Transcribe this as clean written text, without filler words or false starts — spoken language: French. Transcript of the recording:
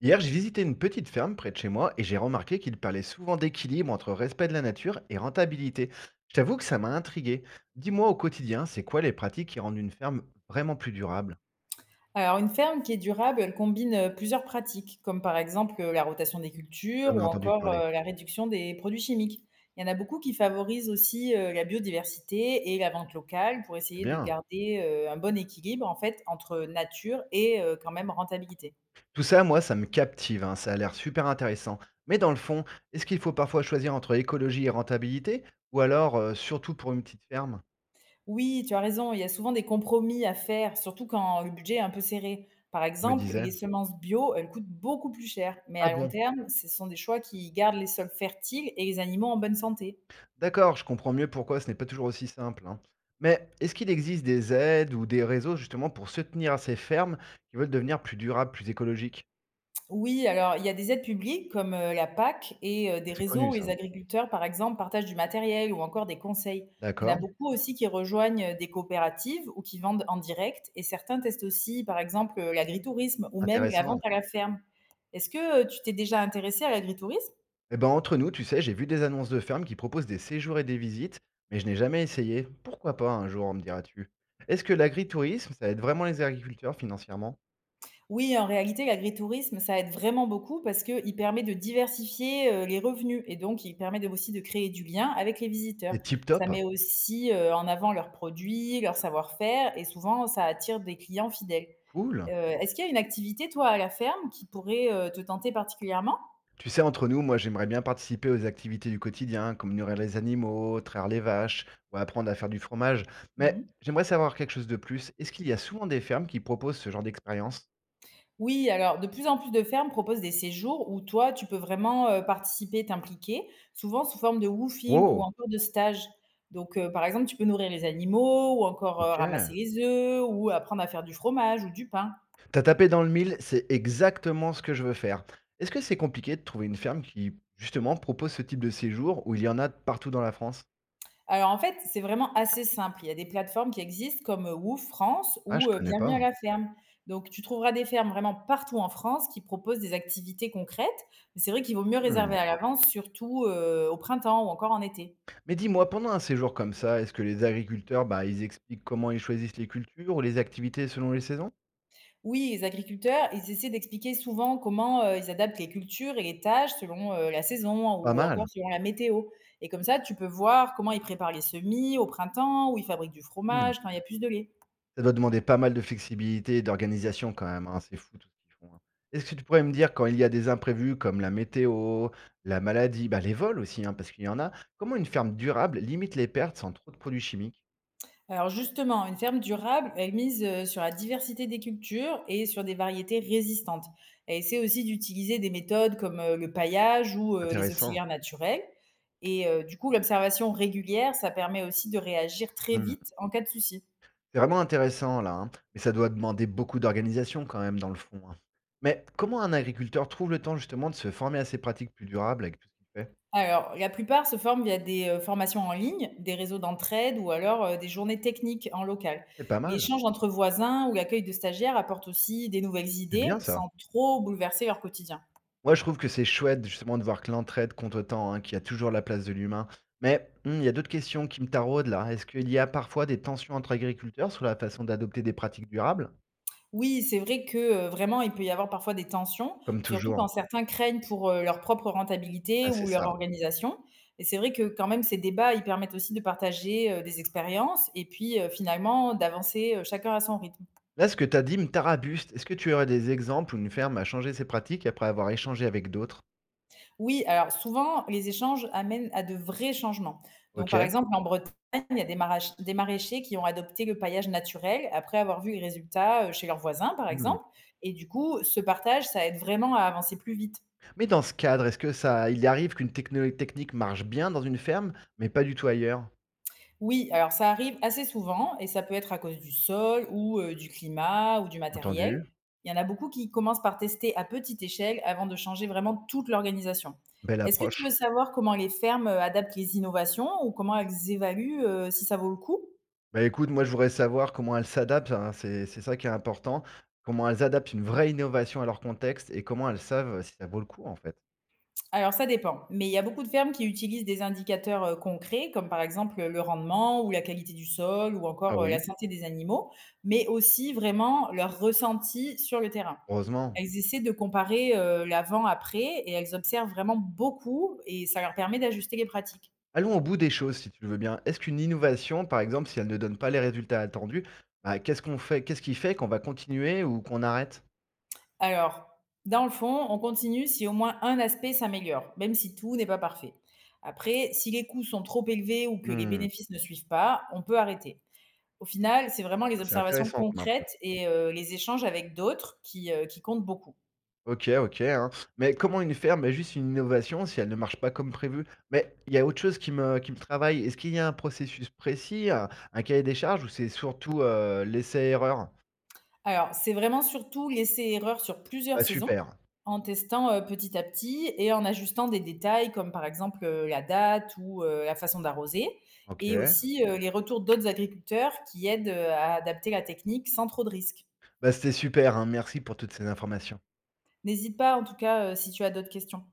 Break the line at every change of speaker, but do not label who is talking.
Hier, j'ai visité une petite ferme près de chez moi et j'ai remarqué qu'il parlait souvent d'équilibre entre respect de la nature et rentabilité. Je t'avoue que ça m'a intrigué. Dis-moi au quotidien, c'est quoi les pratiques qui rendent une ferme vraiment plus durable?
Alors, une ferme qui est durable, elle combine plusieurs pratiques, comme par exemple la rotation des cultures
J'en
ou
ai entendu
encore
parler.
la réduction des produits chimiques. Il y en a beaucoup qui favorisent aussi la biodiversité et la vente locale pour
C'est
essayer de
bien.
garder un bon équilibre en fait entre nature et quand même rentabilité.
Tout ça, moi, ça me captive, hein, ça a l'air super intéressant. Mais dans le fond, est-ce qu'il faut parfois choisir entre écologie et rentabilité? Ou alors, surtout pour une petite ferme?
Oui, tu as raison, il y a souvent des compromis à faire, surtout quand le budget est un peu serré. Par
Je me
exemple,
disais.
les semences bio, elles coûtent beaucoup plus cher, mais
Ah
à long
bon?
terme, ce sont des choix qui gardent les sols fertiles et les animaux en bonne santé.
D'accord, je comprends mieux pourquoi ce n'est pas toujours aussi simple, hein. Mais est-ce qu'il existe des aides ou des réseaux justement pour soutenir à ces fermes qui veulent devenir plus durables, plus écologiques?
Oui, alors il y a des aides publiques comme, la PAC et des
Ah, c'est
réseaux
connu
où les
ça.
agriculteurs, par exemple, partagent du matériel ou encore des conseils. Il y en a
D'accord,
beaucoup aussi qui rejoignent, des coopératives ou qui vendent en direct et certains testent aussi, par exemple, l'agritourisme ou même la vente
intéressant.
à la ferme. Est-ce que, tu t'es déjà intéressé à l'agritourisme?
Eh ben entre nous, tu sais, j'ai vu des annonces de fermes qui proposent des séjours et des visites, mais je n'ai jamais essayé. Pourquoi pas un jour, me diras-tu? Est-ce que l'agritourisme, ça aide vraiment les agriculteurs financièrement?
Oui, en réalité, l'agritourisme, ça aide vraiment beaucoup parce qu'il permet de diversifier, les revenus et donc il permet de aussi de créer du lien avec les visiteurs.
C'est tip
Ça
top,
met aussi, en avant leurs produits, leur savoir-faire et souvent ça attire des clients fidèles.
cool.
Est-ce qu'il y a une activité, toi, à la ferme qui pourrait, te tenter particulièrement?
Tu sais, entre nous, moi j'aimerais bien participer aux activités du quotidien, comme nourrir les animaux, traire les vaches, ou apprendre à faire du fromage. Mais
Mmh.
j'aimerais savoir quelque chose de plus. Est-ce qu'il y a souvent des fermes qui proposent ce genre d'expérience?
Oui, alors de plus en plus de fermes proposent des séjours où toi, tu peux vraiment, participer, t'impliquer, souvent sous forme de woofing ou
Wow,
encore de stage. Donc, par exemple, tu peux nourrir les animaux ou encore, ramasser
ok.
les œufs ou apprendre à faire du fromage ou du pain.
T'as tapé dans le mille, c'est exactement ce que je veux faire. Est-ce que c'est compliqué de trouver une ferme qui, justement, propose ce type de séjour où il y en a partout dans la France?
Alors en fait, c'est vraiment assez simple. Il y a des plateformes qui existent comme, Woof France
Ah, je
ou,
connais
Bienvenue à
pas.
la ferme. Donc tu trouveras des fermes vraiment partout en France qui proposent des activités concrètes, mais c'est vrai qu'il vaut mieux
Hmm.
réserver à l'avance, surtout, au printemps ou encore en été.
Mais dis-moi, pendant un séjour comme ça, est-ce que les agriculteurs, bah, ils expliquent comment ils choisissent les cultures ou les activités selon les saisons?
Oui, les agriculteurs, ils essaient d'expliquer souvent comment, ils adaptent les cultures et les tâches selon, la saison
Pas
ou
mal.
encore selon la météo, et comme ça, tu peux voir comment ils préparent les semis au printemps, où ils fabriquent du
Mmh.
fromage quand il y a plus de lait.
Ça doit demander pas mal de flexibilité et d'organisation quand même, hein, c'est fou tout ce qu'ils font, hein. Est-ce que tu pourrais me dire quand il y a des imprévus comme la météo, la maladie, bah, les vols aussi, hein, parce qu'il y en a, comment une ferme durable limite les pertes sans trop de produits chimiques?
Alors justement, une ferme durable, elle mise, sur la diversité des cultures et sur des variétés résistantes. Elle essaie aussi d'utiliser des méthodes comme, le paillage ou, les
Intéressant.
auxiliaires naturels, et du coup, l'observation régulière, ça permet aussi de réagir très
Mmh.
vite en cas de souci.
C'est vraiment intéressant là, hein, mais ça doit demander beaucoup d'organisation quand même dans le fond, hein. Mais comment un agriculteur trouve le temps justement de se former à ces pratiques plus durables avec tout ce qu'il fait?
Alors, la plupart se forment via des, formations en ligne, des réseaux d'entraide ou alors, des journées techniques en local.
C'est pas mal,
L'échange entre voisins ou l'accueil de stagiaires apporte aussi des nouvelles
c'est
idées
bien ça.
sans trop bouleverser leur quotidien.
Moi, je trouve que c'est chouette justement de voir que l'entraide compte autant, hein, qu'il y a toujours la place de l'humain. Mais il y a d'autres questions qui me taraudent là. Est-ce qu'il y a parfois des tensions entre agriculteurs sur la façon d'adopter des pratiques durables?
Oui, c'est vrai que, vraiment, il peut y avoir parfois des tensions,
Comme
surtout
toujours.
quand certains craignent pour, leur propre rentabilité
Ah, c'est
ou leur
ça.
organisation, et c'est vrai que quand même ces débats, ils permettent aussi de partager, des expériences et puis, finalement d'avancer, chacun à son rythme.
Là, ce que tu as dit me tarabuste. Est-ce que tu aurais des exemples où une ferme a changé ses pratiques après avoir échangé avec d'autres?
Oui, alors souvent, les échanges amènent à de vrais changements. Donc,
Ok.
par exemple, en Bretagne, il y a des, des maraîchers qui ont adopté le paillage naturel après avoir vu les résultats chez leurs voisins, par
Hmm.
exemple. Et du coup, ce partage, ça aide vraiment à avancer plus vite.
Mais dans ce cadre, est-ce que ça, il arrive qu'une technique marche bien dans une ferme, mais pas du tout ailleurs?
Oui, alors ça arrive assez souvent et ça peut être à cause du sol ou du climat ou du matériel.
Entendu.
Il y en a beaucoup qui commencent par tester à petite échelle avant de changer vraiment toute l'organisation.
Belle
Est-ce que tu veux
approche.
savoir comment les fermes adaptent les innovations ou comment elles évaluent si ça vaut le coup?
Bah, écoute, moi, je voudrais savoir comment elles s'adaptent, hein, c'est ça qui est important. Comment elles adaptent une vraie innovation à leur contexte et comment elles savent, si ça vaut le coup, en fait.
Alors ça dépend, mais il y a beaucoup de fermes qui utilisent des indicateurs, concrets comme par exemple, le rendement ou la qualité du sol ou
Ah
encore, la
oui.
santé des animaux, mais aussi vraiment leur ressenti sur le terrain.
Heureusement.
Elles essaient de comparer, l'avant-après et elles observent vraiment beaucoup et ça leur permet d'ajuster les pratiques.
Allons au bout des choses, si tu le veux bien. Est-ce qu'une innovation, par exemple, si elle ne donne pas les résultats attendus, bah, qu'est-ce qu'on fait? Qu'est-ce qui fait qu'on va continuer ou qu'on arrête?
Alors, dans le fond, on continue si au moins un aspect s'améliore, même si tout n'est pas parfait. Après, si les coûts sont trop élevés ou que les
Mmh,
bénéfices ne suivent pas, on peut arrêter. Au final, c'est vraiment les
c'est
observations
intéressant comme
concrètes
approche.
et les échanges avec d'autres qui comptent beaucoup.
OK, OK, hein. Mais comment une ferme, est juste une innovation si elle ne marche pas comme prévu? Mais il y a autre chose qui me travaille. Est-ce qu'il y a un processus précis, un cahier des charges ou c'est surtout, l'essai erreur?
Alors, c'est vraiment surtout laisser erreur sur plusieurs
Bah,
saisons,
super.
en testant, petit à petit et en ajustant des détails comme par exemple, la date ou, la façon d'arroser,
OK.
et aussi, les retours d'autres agriculteurs qui aident, à adapter la technique sans trop de risques.
Bah, c'était super, hein. Merci pour toutes ces informations.
N'hésite pas en tout cas, si tu as d'autres questions.